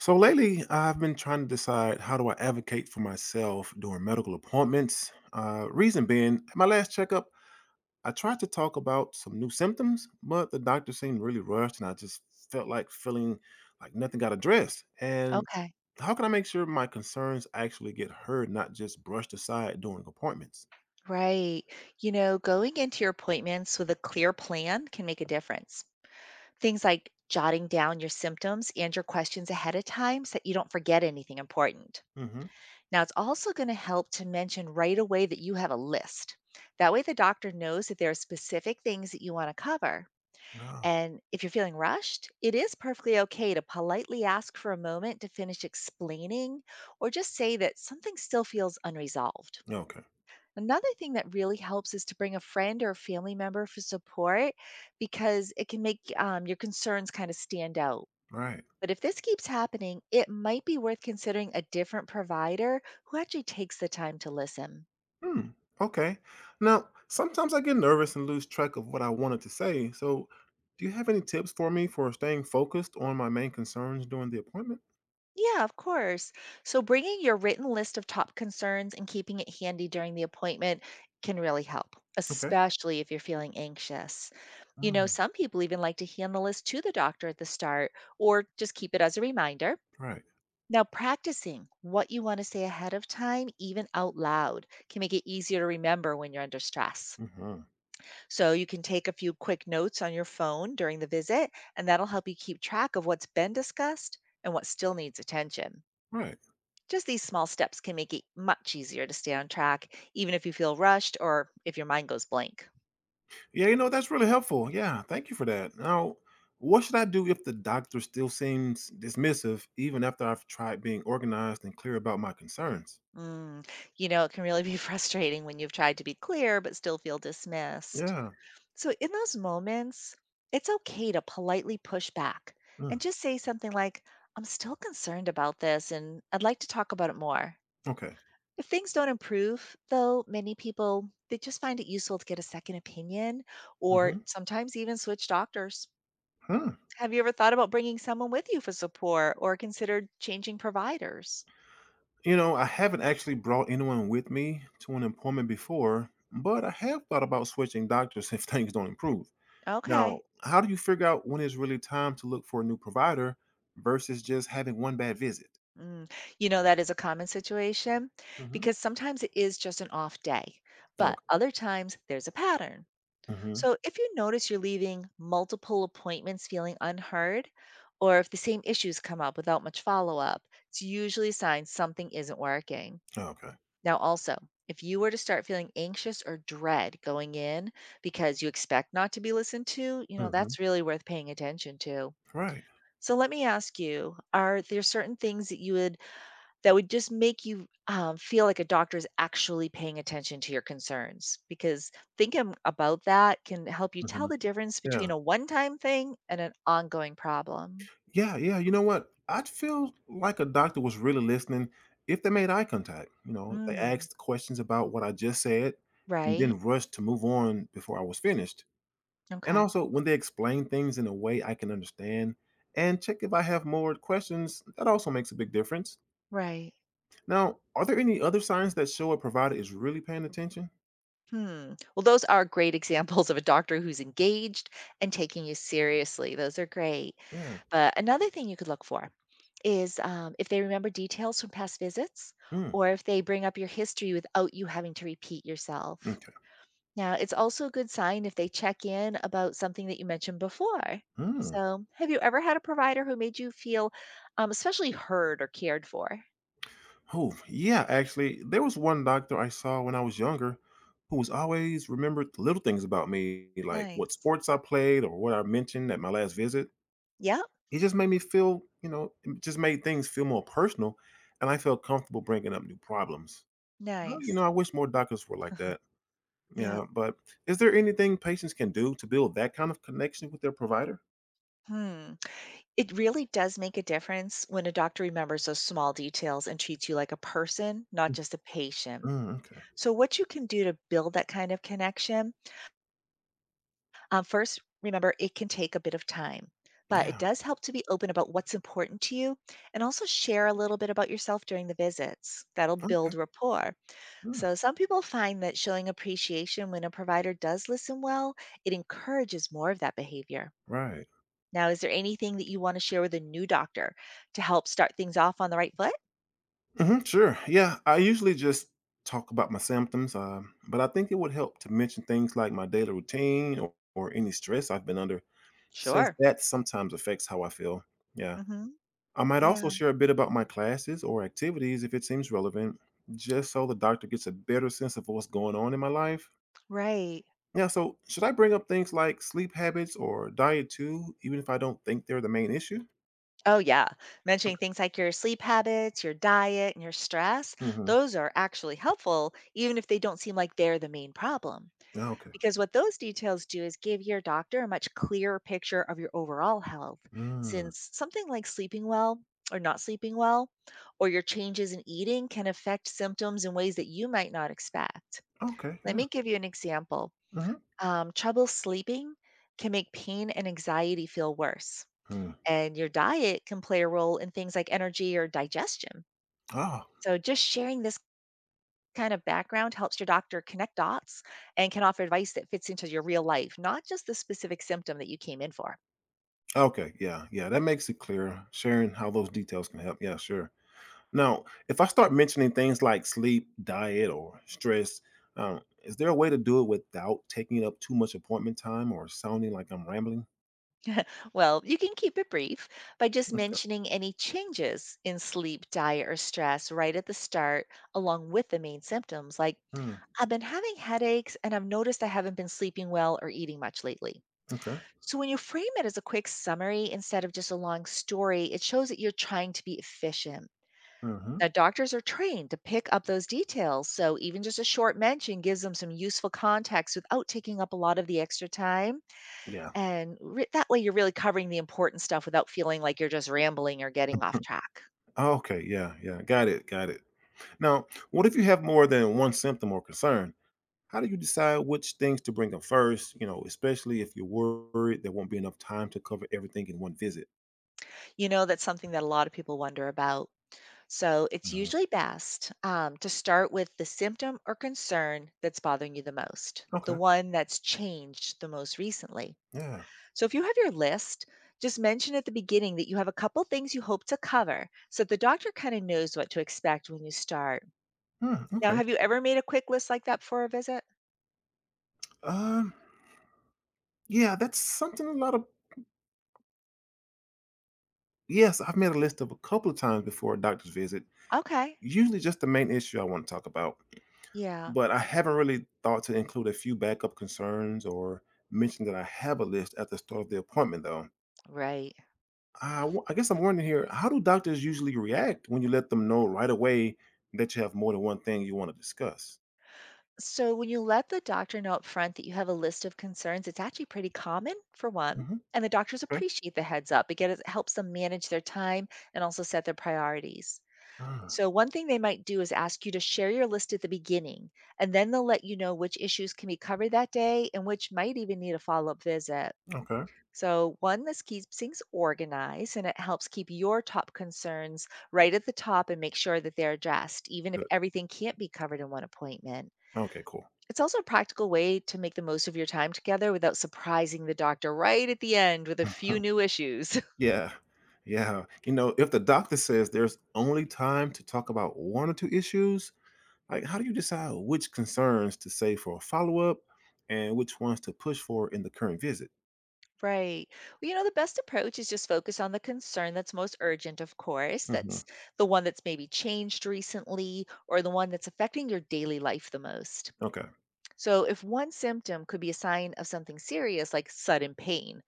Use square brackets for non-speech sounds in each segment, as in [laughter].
So lately, I've been trying to decide how do I advocate for myself during medical appointments. Reason being, at my last checkup, I tried to talk about some new symptoms, but the doctor seemed really rushed, and I just felt like feeling like nothing got addressed. And Okay. how can I make sure my concerns actually get heard, not just brushed aside during appointments? Right. You know, going into your appointments with a clear plan can make a difference. Things like jotting down your symptoms and your questions ahead of time so that you don't forget anything important. Mm-hmm. Now, it's also going to help to mention right away that you have a list. That way, the doctor knows that there are specific things that you want to cover. Oh, And if you're feeling rushed, it is perfectly okay to politely ask for a moment to finish explaining or just say that something still feels unresolved. okay, Another thing that really helps is to bring a friend or a family member for support because it can make your concerns kind of stand out. right. But if this keeps happening, it might be worth considering a different provider who actually takes the time to listen. Hmm. Okay. Now, sometimes I get nervous and lose track of what I wanted to say. So, do you have any tips for me for staying focused on my main concerns during the appointment? Yeah, of course. So bringing your written list of top concerns and keeping it handy during the appointment can really help, Okay. especially if you're feeling anxious. You know, Mm, some people even like to hand the list to the doctor at the start or just keep it as a reminder. right. Now, practicing what you want to say ahead of time, even out loud, can make it easier to remember when you're under stress. Hmm. So, you can take a few quick notes on your phone during the visit, and that'll help you keep track of what's been discussed and what still needs attention. Right. Just these small steps can make it much easier to stay on track, even if you feel rushed or if your mind goes blank. Yeah, that's really helpful. Yeah. Thank you for that. Now, what should I do if the doctor still seems dismissive, even after I've tried being organized and clear about my concerns? Mm, you know, it can really be [laughs] frustrating when you've tried to be clear but still feel dismissed. Yeah. So, in those moments, it's okay to politely push back Mm. and just say something like, I'm still concerned about this and I'd like to talk about it more. Okay. If things don't improve, though, many people they just find it useful to get a second opinion or Mm-hmm. sometimes even switch doctors. Hmm. Have you ever thought about bringing someone with you for support or considered changing providers? I haven't actually brought anyone with me to an appointment before, but I have thought about switching doctors [laughs] if things don't improve. Now, Okay. how do you figure out when it's really time to look for a new provider versus just having one bad visit? Mm, You know, that is a common situation Hmm. because sometimes it is just an off day, but Okay. other times there's a pattern. Hmm. So, if you notice you're leaving multiple appointments feeling unheard, or if the same issues come up without much follow up, it's usually a sign something isn't working. Okay. Now, also, if you were to start feeling anxious or dread going in because you expect not to be listened to, you know, Hmm. that's really worth paying attention to. Right. So, let me ask you, are there certain things that you would that would just make you, feel like a doctor is actually paying attention to your concerns, because thinking about that can help you tell Hmm. the difference between Yeah. a one-time thing and an ongoing problem. Yeah. Yeah. You know what? I'd feel like a doctor was really listening if they made eye contact. If they Mm, asked questions about what I just said and right. didn't rush to move on before I was finished. And Okay. also, when they explain things in a way I can understand, and check if I have more questions, that also makes a big difference. Right. Now, are there any other signs that show a provider is really paying attention? Hmm. Well, those are great examples of a doctor who's engaged and taking you seriously. Those are great. Yeah. But another thing you could look for is, if they remember details from past visits Hmm. or if they bring up your history without you having to repeat yourself. Okay. Now, it's also a good sign if they check in about something that you mentioned before. Hmm. So, have you ever had a provider who made you feel especially heard or cared for? Oh, yeah. Actually, there was one doctor I saw when I was younger who was always remembered little things about me, like what Nice. sports I played or what I mentioned at my last visit. Yep. He just made me it just made things feel more personal, and I felt comfortable bringing up new problems. Nice. I wish more doctors were like that. Yep. Yeah, but is there anything patients can do to build that kind of connection with their provider? Hmm. It really does make a difference when a doctor remembers those small details and treats you like a person, not Mm. just a patient. Mm, okay. So, what you can do to build that kind of connection. First, remember it can take a bit of time, but it Yeah. does help to be open about what's important to you and also share a little bit about yourself during the visits. That'll Okay. build rapport. Mm, So, some people find that showing appreciation when a provider does listen well, it encourages more of that behavior. right. Now, is there anything that you want to share with a new doctor to help start things off on the right foot? Hmm, sure. Yeah. I usually just talk about my symptoms, but I think it would help to mention things like my daily routine or any stress I've been under, since Sure. that sometimes affects how I feel. Yeah. Hmm. I might also Yeah, share a bit about my classes or activities if it seems relevant, just so the doctor gets a better sense of what's going on in my life. right. Yeah, so should I bring up things like sleep habits or diet too, even if I don't think they're the main issue? Oh, yeah. Mentioning things like your sleep habits, your diet, and your stress, Mm-hmm. those are actually helpful, even if they don't seem like they're the main problem. Okay. Because what those details do is give your doctor a much clearer picture of your overall health, Mm. since something like sleeping well or not sleeping well, or your changes in eating can affect symptoms in ways that you might not expect. Okay. Let Yeah. me give you an example. Mm-hmm. Trouble sleeping can make pain and anxiety feel worse Mm. and your diet can play a role in things like energy or digestion. Ah. So, just sharing this kind of background helps your doctor connect dots and can offer advice that fits into your real life, not just the specific symptom that you came in for. Okay. Yeah. Yeah. That makes it clear. Sharing how those details can help. Yeah. Sure. Now, if I start mentioning things like sleep, diet, or stress, is there a way to do it without taking up too much appointment time or sounding like I'm rambling? Well, you can keep it brief by just Okay. mentioning any changes in sleep, diet, or stress right at the start, along with the main symptoms, like, Mm. I've been having headaches and I've noticed I haven't been sleeping well or eating much lately. Okay. So when you frame it as a quick summary instead of just a long story, it shows that you're trying to be efficient. Mm-hmm. Now, doctors are trained to pick up those details, so even just a short mention gives them some useful context without taking up a lot of the extra time. Yeah. And that way, you're really covering the important stuff without feeling like you're just rambling or getting off [laughs] track. Okay. Yeah. Got it. Got it. Now, what if you have more than one symptom or concern? How do you decide which things to bring up first? You know, especially if you're worried there won't be enough time to cover everything in one visit. You know, that's something that a lot of people wonder about. So it's Mhm. usually best to start with the symptom or concern that's bothering you the most, the Okay. one that's changed the most recently. Yeah. So if you have your list, just mention at the beginning that you have a couple things you hope to cover so the doctor kind of knows what to expect when you start. Hmm, Now, okay. have you ever made a quick list like that for a visit? Um. Yeah, that's something a lot of. Yes, I've made a list of a couple of times before a doctor's visit. Okay. Usually, just the main issue I want to talk about, Yeah. but I haven't really thought to include a few backup concerns or mention that I have a list at the start of the appointment, though. Right. I guess I'm wondering here, how do doctors usually react when you let them know right away that you have more than one thing you want to discuss? So when you let the doctor know up front that you have a list of concerns, it's actually pretty common for one. Hmm. And the doctors Okay. appreciate the heads up. Again, it helps them manage their time and also set their priorities. Mm, So one thing they might do is ask you to share your list at the beginning, and then they'll let you know which issues can be covered that day and which might even need a follow-up visit. okay. So one, this keeps things organized and it helps keep your top concerns right at the top and make sure that they're addressed, even if Good. everything can't be covered in one appointment. Okay, cool. It's also a practical way to make the most of your time together without surprising the doctor right at the end with a few [laughs] new issues. [laughs] Yeah. Yeah. If the doctor says there's only time to talk about one or two issues, like how do you decide which concerns to say for a follow up and which ones to push for in the current visit? Right. Well, you know, the best approach is just focus on the concern that's most urgent, of course. Hmm. That's the one that's maybe changed recently or the one that's affecting your daily life the most. Okay. So, if one symptom could be a sign of something serious like sudden pain,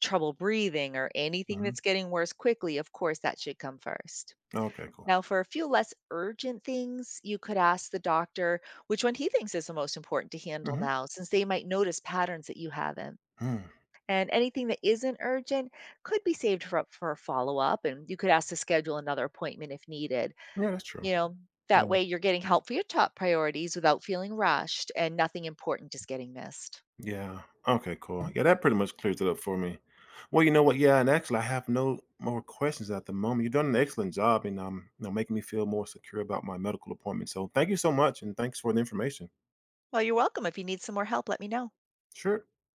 trouble breathing, or anything Hmm. that's getting worse quickly, of course, that should come first. Okay, cool. Now, for a few less urgent things, you could ask the doctor which one he thinks is the most important to handle Mm-hmm. now, since they might notice patterns that you haven't. Hmm. Mm. And anything that isn't urgent could be saved up for a follow up, and you could ask to schedule another appointment if needed. Yeah, that's true. You know, that way you're getting help for your top priorities without feeling rushed, and nothing important is getting missed. Yeah. Okay, cool. Yeah, that pretty much clears it up for me. Well, you know what? Yeah, and actually, I have no more questions at the moment. You've done an excellent job in making me feel more secure about my medical appointment. So, thank you so much, and thanks for the information. Well, you're welcome. If you need some more help, let me know. Sure.